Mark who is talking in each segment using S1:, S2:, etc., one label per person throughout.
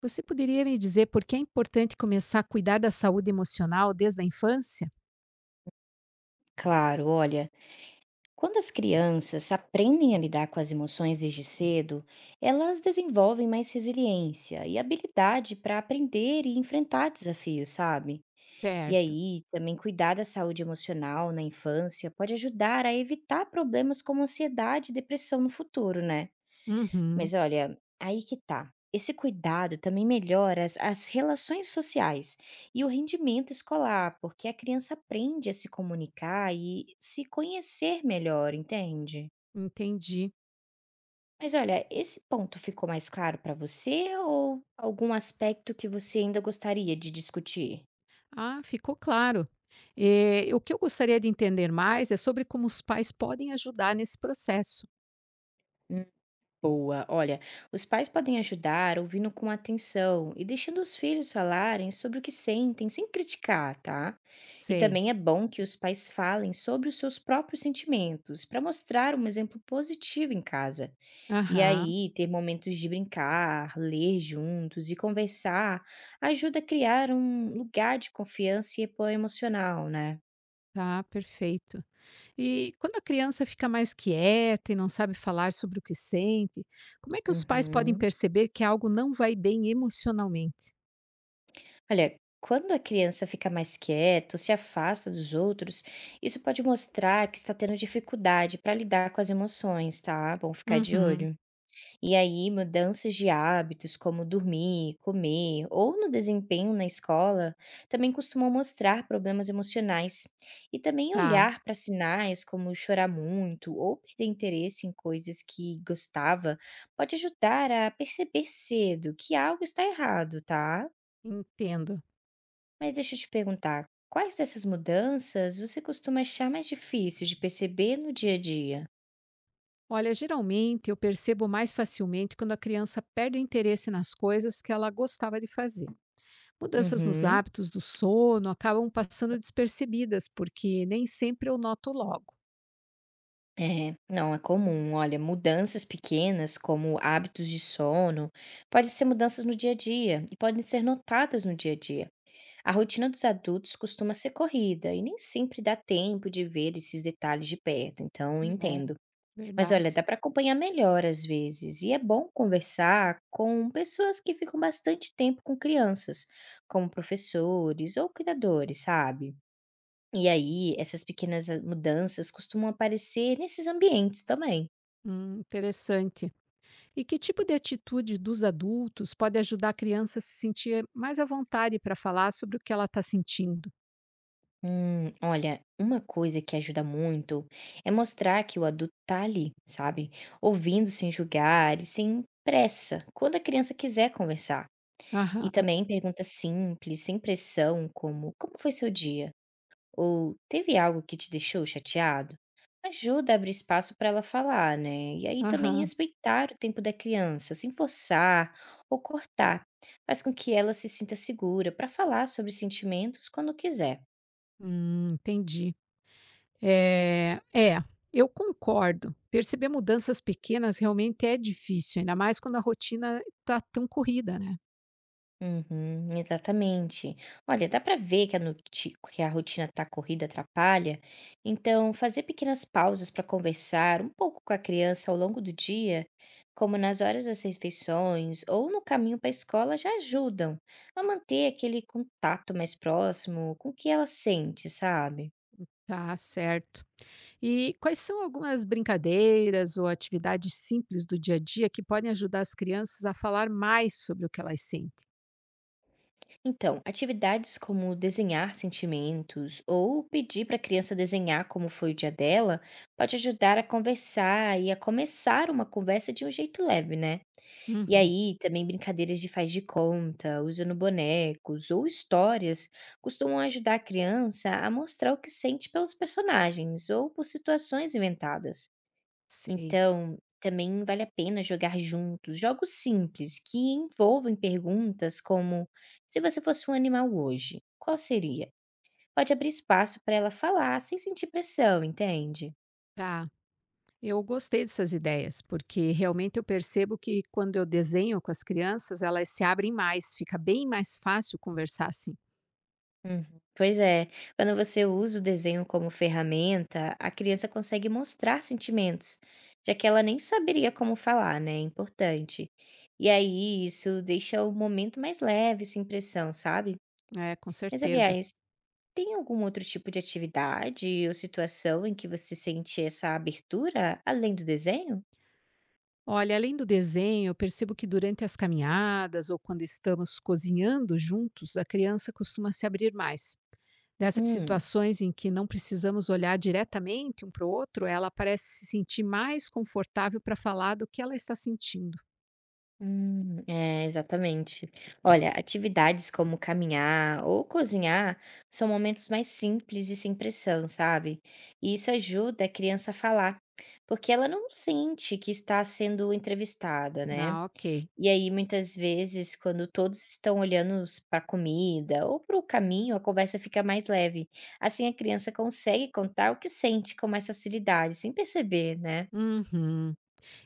S1: Você poderia me dizer por que é importante começar a cuidar da saúde emocional desde a infância?
S2: Claro, olha, quando as crianças aprendem a lidar com as emoções desde cedo, elas desenvolvem mais resiliência e habilidade para aprender e enfrentar desafios, sabe? E
S1: Certo.
S2: aí, também cuidar da saúde emocional na infância pode ajudar a evitar problemas como ansiedade e depressão no futuro, né?
S1: Uhum,
S2: Mas olha, aí que tá. Esse cuidado também melhora as relações sociais e o rendimento escolar, porque a criança aprende a se comunicar e se conhecer melhor, entende?
S1: entendi.
S2: Mas olha, esse ponto ficou mais claro para você ou algum aspecto que você ainda gostaria de discutir?
S1: Ah, ficou claro. O que eu gostaria de entender mais é sobre como os pais podem ajudar nesse processo.
S2: Boa. Olha, os pais podem ajudar ouvindo com atenção e deixando os filhos falarem sobre o que sentem, sem criticar, tá? E
S1: Sei.
S2: também é bom que os pais falem sobre os seus próprios sentimentos, para mostrar um exemplo positivo em casa. E
S1: Aham,
S2: aí, ter momentos de brincar, ler juntos e conversar ajuda a criar um lugar de confiança e apoio emocional, né?
S1: tá, perfeito. E quando a criança fica mais quieta e não sabe falar sobre o que sente, como é que os pais podem
S2: Uhum.
S1: perceber que algo não vai bem emocionalmente?
S2: Olha, quando a criança fica mais quieta ou se afasta dos outros, isso pode mostrar que está tendo dificuldade para lidar com as emoções, tá? Bom ficar de
S1: Uhum,
S2: olho. E aí, mudanças de hábitos, como dormir, comer ou no desempenho na escola, também costumam mostrar problemas emocionais. E também
S1: tá,
S2: olhar para sinais como chorar muito ou perder interesse em coisas que gostava pode ajudar a perceber cedo que algo está errado, tá?
S1: entendo.
S2: Mas deixa eu te perguntar, quais dessas mudanças você costuma achar mais difícil de perceber no dia a dia?
S1: Olha, geralmente eu percebo mais facilmente quando a criança perde o interesse nas coisas que ela gostava de fazer. Mudanças nos
S2: Uhum.
S1: hábitos do sono acabam passando despercebidas, porque nem sempre eu noto logo.
S2: É, não é comum. Olha, mudanças pequenas, como hábitos de sono, podem ser mudanças no dia a dia e podem ser notadas no dia a dia. A rotina dos adultos costuma ser corrida e nem sempre dá tempo de ver esses detalhes de perto, então
S1: É
S2: entendo. Mas olha,
S1: verdade.
S2: dá para acompanhar melhor às vezes, e é bom conversar com pessoas que ficam bastante tempo com crianças, como professores ou cuidadores, sabe? E aí, essas pequenas mudanças costumam aparecer nesses ambientes também.
S1: Interessante. E que tipo de atitude dos adultos pode ajudar a criança a se sentir mais à vontade para falar sobre o que ela está sentindo?
S2: Olha, uma coisa que ajuda muito é mostrar que o adulto tá ali, sabe? Ouvindo sem julgar e sem pressa, quando a criança quiser conversar. E
S1: Aham,
S2: também perguntas simples, sem pressão, como como foi seu dia? Ou teve algo que te deixou chateado? Ajuda a abrir espaço para ela falar, né? E aí também
S1: aham.
S2: respeitar o tempo da criança, sem forçar ou cortar. Faz com que ela se sinta segura para falar sobre sentimentos quando quiser.
S1: Entendi. É, é, eu concordo. Perceber mudanças pequenas realmente é difícil, ainda mais quando a rotina tá tão corrida, né?
S2: Uhum, exatamente. Olha, dá para ver que que a rotina tá corrida atrapalha, então fazer pequenas pausas para conversar um pouco com a criança ao longo do dia, como nas horas das refeições ou no caminho para a escola, já ajudam a manter aquele contato mais próximo com o que ela sente, sabe?
S1: Tá certo. E quais são algumas brincadeiras ou atividades simples do dia a dia que podem ajudar as crianças a falar mais sobre o que elas sentem?
S2: Então, atividades como desenhar sentimentos ou pedir para a criança desenhar como foi o dia dela pode ajudar a conversar e a começar uma conversa de um jeito leve, né? E
S1: Uhum,
S2: aí, também brincadeiras de faz de conta, usando bonecos ou histórias costumam ajudar a criança a mostrar o que sente pelos personagens ou por situações inventadas.
S1: sei.
S2: Então, também vale a pena jogar juntos jogos simples que envolvem perguntas como: "Se você fosse um animal hoje, qual seria?". Pode abrir espaço para ela falar sem sentir pressão, entende?
S1: Tá. Eu gostei dessas ideias, porque realmente eu percebo que quando eu desenho com as crianças, elas se abrem mais, fica bem mais fácil conversar assim.
S2: Uhum. Pois é, quando você usa o desenho como ferramenta, a criança consegue mostrar sentimentos, já que ela nem saberia como falar, né, é importante. E aí isso deixa o momento mais leve, sem pressão, sabe.
S1: É, com
S2: Mas
S1: certeza.
S2: aliás, tem algum outro tipo de atividade ou situação em que você sente essa abertura além do desenho?
S1: Olha, além do desenho, eu percebo que durante as caminhadas ou quando estamos cozinhando juntos, a criança costuma se abrir mais. Nessas
S2: Hum,
S1: situações em que não precisamos olhar diretamente um para o outro, ela parece se sentir mais confortável para falar do que ela está sentindo.
S2: hum, é, exatamente. Olha, atividades como caminhar ou cozinhar são momentos mais simples e sem pressão, sabe? E isso ajuda a criança a falar, porque ela não sente que está sendo entrevistada, né?
S1: Ah, ok.
S2: E aí, muitas vezes, quando todos estão olhando para pra comida ou para o caminho, a conversa fica mais leve. Assim, a criança consegue contar o que sente com mais facilidade, sem perceber, né.
S1: Uhum.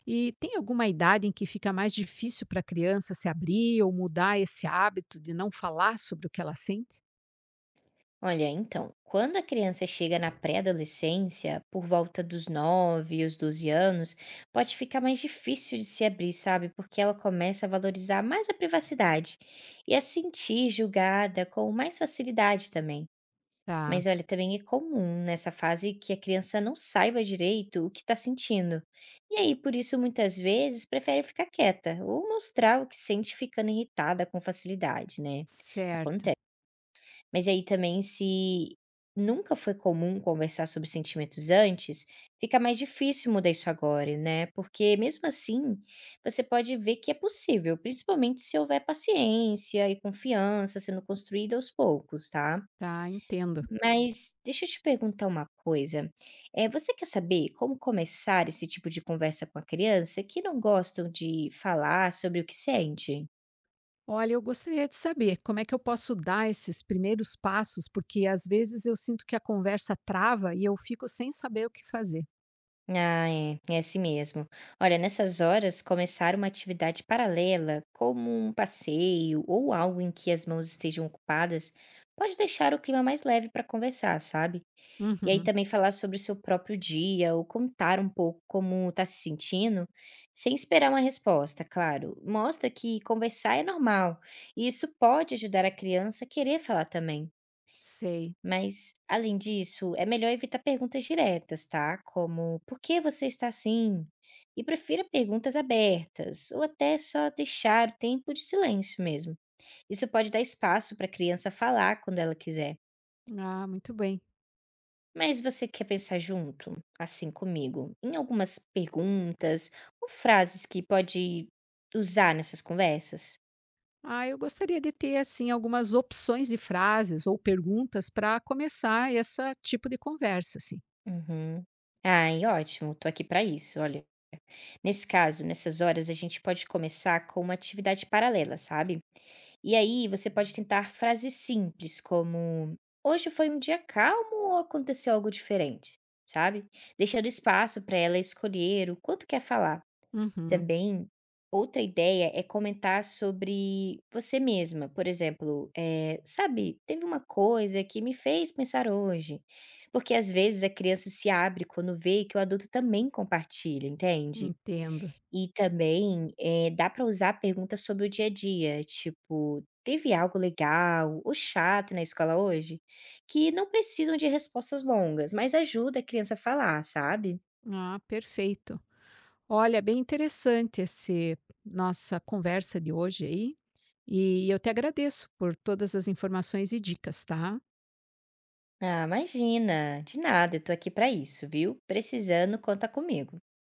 S1: E tem alguma idade em que fica mais difícil para a criança se abrir ou mudar esse hábito de não falar sobre o que ela sente?
S2: Olha, então, quando a criança chega na pré-adolescência, por volta dos 9 e os 12 anos, pode ficar mais difícil de se abrir, sabe, porque ela começa a valorizar mais a privacidade e a sentir julgada com mais facilidade também.
S1: Tá,
S2: Mas olha, também é comum nessa fase que a criança não saiba direito o que está sentindo. E aí, por isso, muitas vezes prefere ficar quieta ou mostrar o que sente ficando irritada com facilidade, né?
S1: certo.
S2: Acontece. Mas aí também, se nunca foi comum conversar sobre sentimentos antes, fica mais difícil mudar isso agora, né? Porque mesmo assim, você pode ver que é possível, principalmente se houver paciência e confiança sendo construída aos poucos, tá?
S1: Tá, entendo.
S2: Mas deixa eu te perguntar uma coisa, você quer saber como começar esse tipo de conversa com a criança que não gostam de falar sobre o que sente?
S1: Olha, eu gostaria de saber como é que eu posso dar esses primeiros passos, porque às vezes eu sinto que a conversa trava e eu fico sem saber o que fazer.
S2: Ah, é assim mesmo. Olha, nessas horas, começar uma atividade paralela, como um passeio ou algo em que as mãos estejam ocupadas, pode deixar o clima mais leve para conversar, sabe? E aí
S1: Uhum,
S2: também falar sobre o seu próprio dia ou contar um pouco como está se sentindo, sem esperar uma resposta, claro. Mostra que conversar é normal e isso pode ajudar a criança a querer falar também.
S1: sei.
S2: Mas, além disso, é melhor evitar perguntas diretas, tá? Como por que você está assim? E prefira perguntas abertas, ou até só deixar o tempo de silêncio mesmo. Isso pode dar espaço para a criança falar quando ela quiser.
S1: Ah, muito bem.
S2: Mas você quer pensar junto, assim comigo, em algumas perguntas ou frases que pode usar nessas conversas?
S1: Ah, eu gostaria de ter assim algumas opções de frases ou perguntas para começar esse tipo de conversa, assim.
S2: Uhum. Ai, ótimo, tô aqui pra isso, olha. Nesse caso, nessas horas, a gente pode começar com uma atividade paralela, sabe? E aí você pode tentar frases simples, como hoje foi um dia calmo ou aconteceu algo diferente, sabe? Deixando espaço pra ela escolher o quanto quer falar.
S1: Uhum,
S2: Também, outra ideia é comentar sobre você mesma, por exemplo, "Sabe, teve uma coisa que me fez pensar hoje", porque às vezes a criança se abre quando vê que o adulto também compartilha, entende?
S1: entendo.
S2: E também, dá para usar perguntas sobre o dia a dia, tipo: "Teve algo legal ou chato na escola hoje?", que não precisam de respostas longas, mas ajuda a criança a falar, sabe?
S1: Ah, perfeito. Olha, bem interessante esse nossa conversa de hoje aí. E eu te agradeço por todas as informações e dicas, tá?
S2: Ah, imagina. De nada, eu tô aqui pra isso, viu? Precisando, conta comigo.